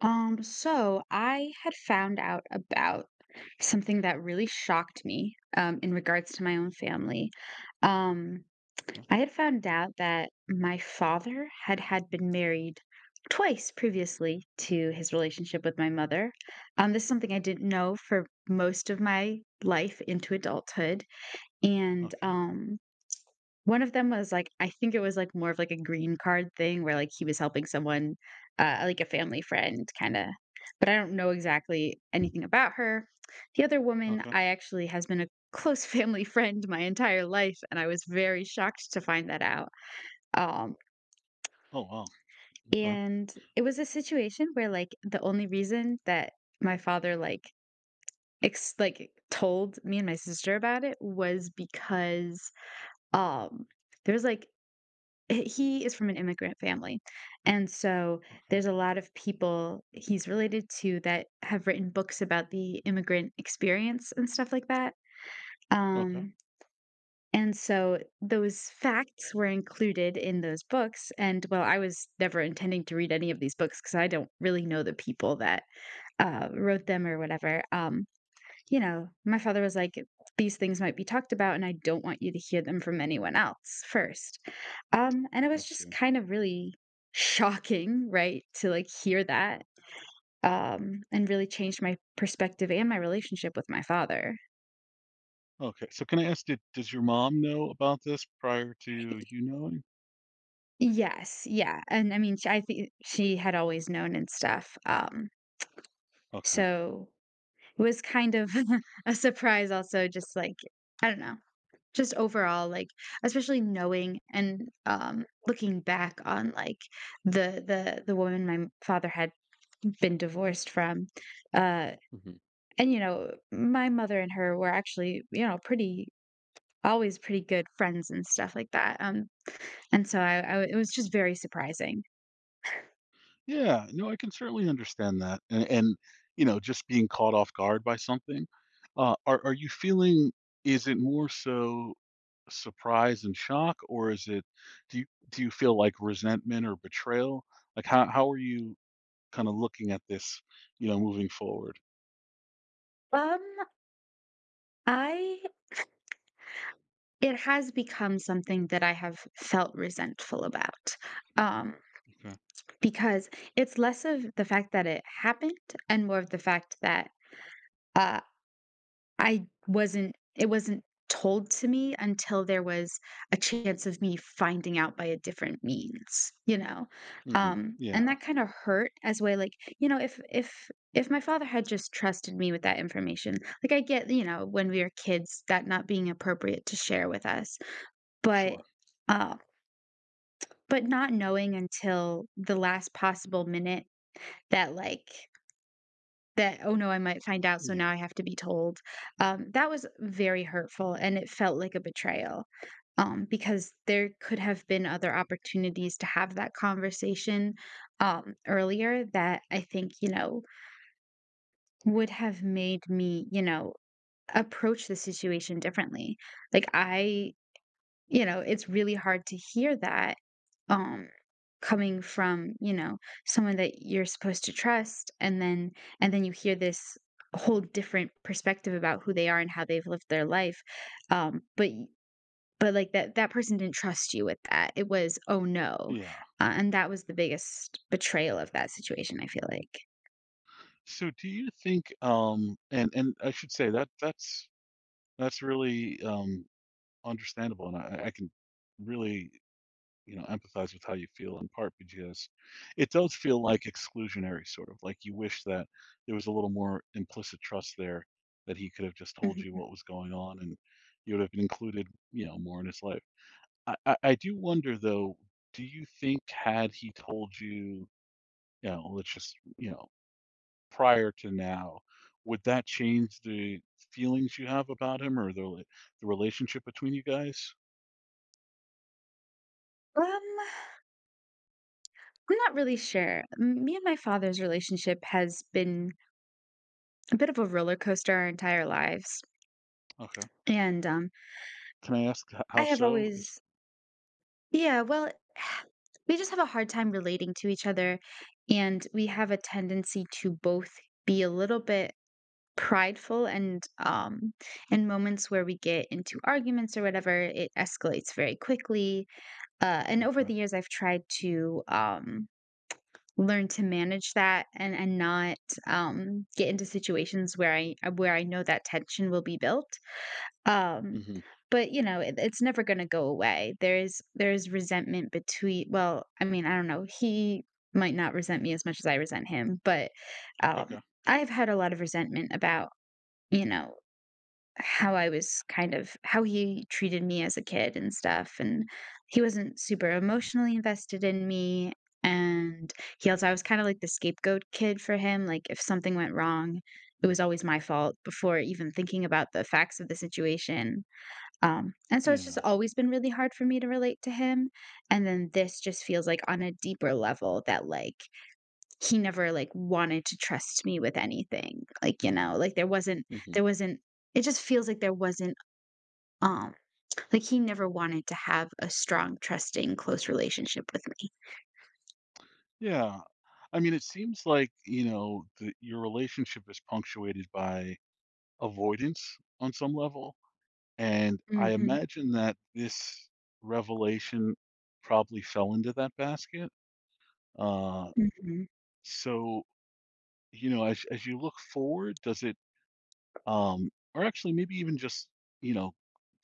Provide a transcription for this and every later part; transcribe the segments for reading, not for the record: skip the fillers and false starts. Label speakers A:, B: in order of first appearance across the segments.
A: So I had found out about something that really shocked me, in regards to my own family. Um,
B: Okay,
A: I had found out that my father had been married twice previously to his relationship with my mother. This is something I didn't know for most of my life into adulthood. And
B: okay,
A: One of them was, like I think it was, like, more of, like, a green card thing where, like, he was helping someone, like, a family friend kinda, but I don't know exactly anything about her. The other woman
B: okay.
A: I actually has been a close family friend my entire life, and I was very shocked to find that out. Um,
B: Oh, wow. Okay,
A: and it was a situation where, like, the only reason that my father, like, told me and my sister about it was because, um, there was, like, he is from an immigrant family, and so
B: okay,
A: there's a lot of people he's related to that have written books about the immigrant experience and stuff like that,
B: okay.
A: um, and so those facts were included in those books, and, well, I was never intending to read any of these books because I don't really know the people that, wrote them or whatever, you know, my father was like, these things might be talked about, and I don't want you to hear them from anyone else first. And it
B: I
A: was just
B: see.
A: kind of really shocking, right, to like hear that, and really changed my perspective and my relationship with my father.
B: Okay, so can I ask, did does your mom know about this prior to you knowing?
A: Yes, yeah. And I mean, I think she had always known and stuff.
B: Okay.
A: So it was kind of a surprise, also, just like, I don't know. Just overall, like, especially knowing and, looking back on, like, the woman my m father had been divorced from, uh,
B: Hmm.
A: and, you know, my mother and her were actually, you know, pretty always pretty good friends and stuff like that, and so I it was just very surprising.
B: Yeah, no, I can certainly understand that. And just being caught off guard by something. Are you feeling, is it more so surprise and shock, or is it, do you feel like resentment or betrayal? Like how are you kind of looking at this, moving forward?
A: Um, I it has become something that I have felt resentful about, um,
B: Okay.
A: because it's less of the fact that it happened and more of the fact that Uh, I wasn't it wasn't told to me until there was a chance of me finding out by a different means, you know?
B: Hmm.
A: And
B: Yeah,
A: that kinda hurt as way like, if if my father had just trusted me with that information, like I get, you know, when we were kids, that not being appropriate to share with us. But
B: sure.
A: uh, but not knowing until the last possible minute that like that, "Oh, no, I might find out, so
B: Yeah,
A: now I have to be told." That was very hurtful, and it felt like a betrayal, because there could have been other opportunities to have that conversation, earlier that I think, you know, would have made me, you know, approach the situation differently. Like, I You know, it's really hard to hear that, um, coming from, you know, someone that you're supposed to trust, and then you hear this whole different perspective about who they are and how they've lived their life, um, but y but, like, that person didn't trust you with that, it was, "Oh, no."
B: yeah.
A: And that was the biggest betrayal of that situation, I feel like.
B: So do you think, and I should say that that's really understandable, and I can really empathize with how you feel, in part because it does feel like exclusionary, sort of like you wish that there was a little more implicit trust there, that he could have just told you
A: Mhm.
B: what was going on, and you would have been included, more in his life. I do wonder though, do you think had he told you, you know let's just, prior to now, would that change the feelings you have about him, or the relationship between you guys?
A: Um, I'm not really sure. M Me and my father's relationship has been a bit of a roller coaster our entire lives,
B: Okay.
A: and,
B: Can I ask, h
A: I
B: how
A: have
B: so? Is
A: always Yeah, well, we just have a hard time relating to each other, and we have a tendency to both be a little bit prideful and, in moments where we get into arguments or whatever, it escalates very quickly. And over the
B: Okay.
A: years, I've tried to learn to manage that, and not get into situations where I where I know that tension will be built. um
B: Mhm.
A: but you know, it, it's never going to go away. There is resentment between, well, I mean, I don't know, he might not resent me as much as I resent him, but um
B: Okay.
A: I've had a lot of resentment about, you know, how I was kind of how he treated me as a kid and stuff, and he wasn't super emotionally invested in me, and he also, I was kind of like the scapegoat kid for him, like, if something went wrong, it was
B: Mm.
A: always my fault before even thinking about the facts of the situation, and so it's just
B: Yeah.
A: always been really hard for me to relate to him, and then this just feels like on a deeper level that, like, he never like wanted to trust me with anything. Like, you know, like
B: Mhm.
A: there wasn't it just feels like there wasn't um like he never wanted to have a strong, trusting, close relationship with me.
B: Yeah. I mean, it seems like, you know, that your relationship is punctuated by avoidance on some level, and I
A: Mhm.
B: imagine that this revelation probably fell into that basket. Uh,
A: Mhm.
B: so, you know, as you look forward, does it, um, or actually maybe even just, you know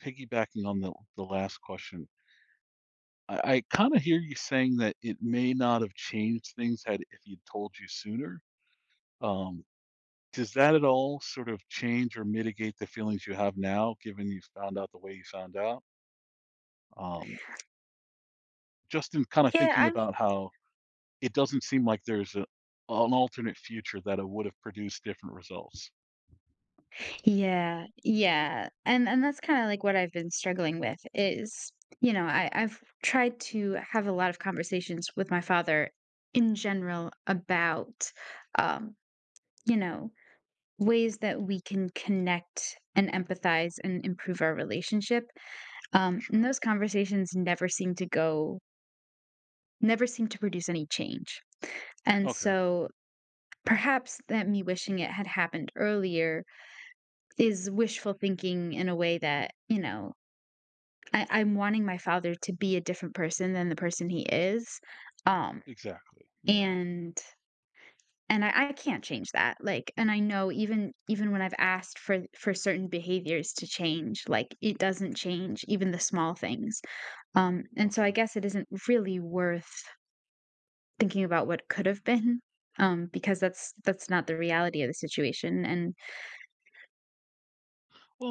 B: piggybacking on the last question, I kind of hear you saying that it may not have changed things, had if you'd told you sooner. um, does that at all sort of change or mitigate the feelings you have now, given you found out the way you found out, um, just in kind of
A: Yeah,
B: thinking
A: I mean
B: about how it doesn't seem like there's an alternate future that it would have produced different results.
A: Yeah, yeah, and that's kinda, like, what I've been struggling with is, you know, I've tried to have a lot of conversations with my father in general about, um, you know, ways that we can connect and empathize and improve our relationship, and
B: Sure.
A: those conversations never seem to produce any change, and
B: Okay.
A: so perhaps that me wishing it had happened earlier is wishful thinking in a way that, you know, I'm wanting my father to be a different person than the person he is, um,
B: Exactly. Yeah.
A: and I can't change that, like, and I know even when I've asked for certain behaviors to change, like, it doesn't change, even the small things, and so I
B: Okay.
A: guess it isn't really worth thinking about what could have been, because that's not the reality of the situation, and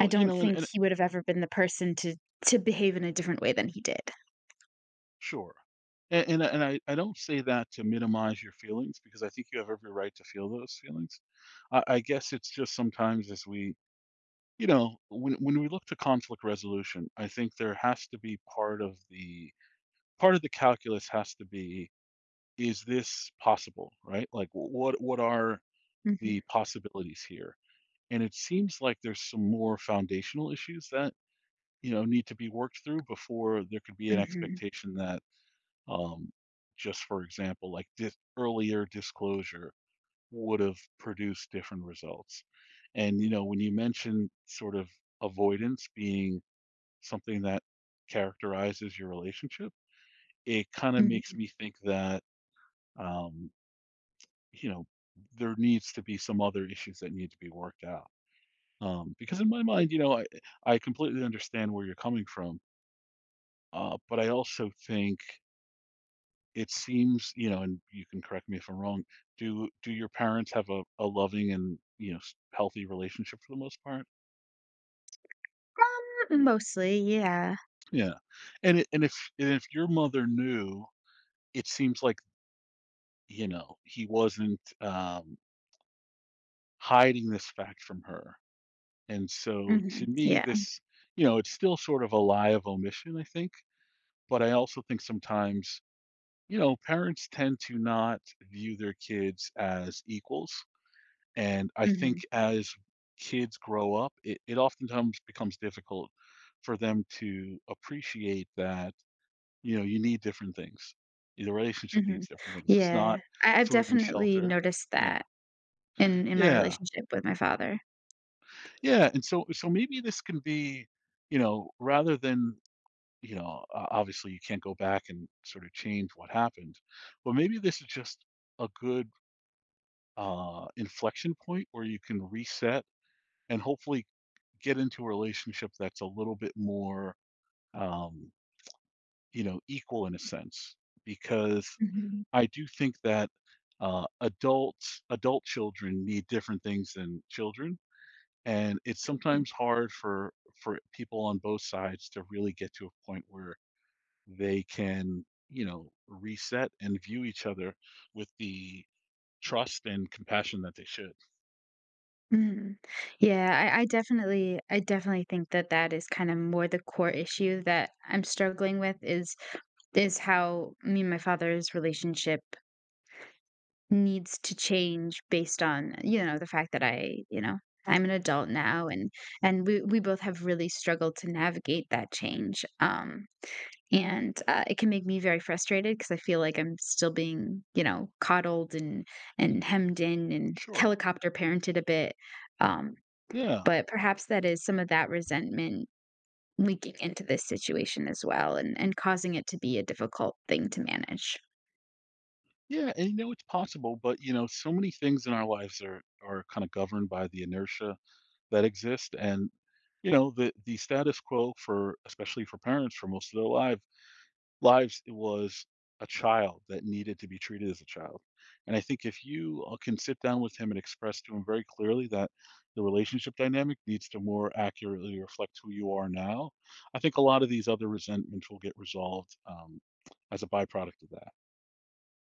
A: I don't think
B: and
A: he would have ever been the person to behave in a different way than he did.
B: sure. And I don't say that to minimize your feelings, because I think you have every right to feel those feelings. I guess it's just sometimes, as we when we look to conflict resolution, I think there has to be part of the calculus. Has to be, is this possible, right? Like, what are
A: Mhm,
B: the possibilities here? And it seems like there's some more foundational issues that, need to be worked through before there could be an
A: mhm,
B: expectation that, um, just for example, like this earlier disclosure would have produced different results. And, when you mention sort of avoidance being something that characterizes your relationship, it kind of makes
A: mhm.
B: me think that, um, you know, there needs to be some other issues that need to be worked out. Because, in my mind, I completely understand where you're coming from. But I also think it seems, and you can correct me if I'm wrong, do your parents have a loving and, healthy relationship for the most part?
A: Mostly, yeah.
B: Yeah, and, and if, your mother knew, it seems like, he wasn't. Hiding this fact from her. And so to
A: Mhm,
B: me,
A: yeah.
B: this, it's still sort of a lie of omission, I think. But I also think sometimes, parents tend to not view their kids as equals. And I think
A: Mhm,
B: as kids grow up, it oftentimes becomes difficult for them to appreciate that, you need different things. The relationship
A: mhm.
B: needs different things. It's
A: Yeah.
B: not
A: I've
B: food and
A: definitely
B: shelter.
A: noticed
B: Yeah.
A: that. In my
B: Yeah.
A: relationship with my father.
B: Yeah, and so maybe this can be, rather than, obviously you can't go back and sort of change what happened, but maybe this is just a good, inflection point where you can reset and hopefully get into a relationship that's a little bit more, um, equal in a sense. Because
A: Mhm.
B: I do think that, adult children need different things than children. And it's sometimes hard for people on both sides to really get to a point where they can, reset and view each other with the trust and compassion that they should.
A: Mhm. Yeah, I definitely think that that is kinda more the core issue that I'm struggling with is how me and my father's relationship needs to change based on, you know, the fact that I, you know, I'm an adult now and we both have really struggled to navigate that change. And, it can make me very frustrated because I feel like I'm still being, you know, coddled and hemmed in and
B: Sure.
A: helicopter parented a bit. Um
B: Yeah.
A: but perhaps that is some of that resentment leaking into this situation as well and causing it to be a difficult thing to manage.
B: Yeah, and, it's possible, but, so many things in our lives are kind of governed by the inertia that exists, and, the status quo for, especially for parents, for most of their lives, was a child that needed to be treated as a child. And I think if you, can sit down with him and express to him very clearly that the relationship dynamic needs to more accurately reflect who you are now, I think a lot of these other resentments will get resolved, as a byproduct of that.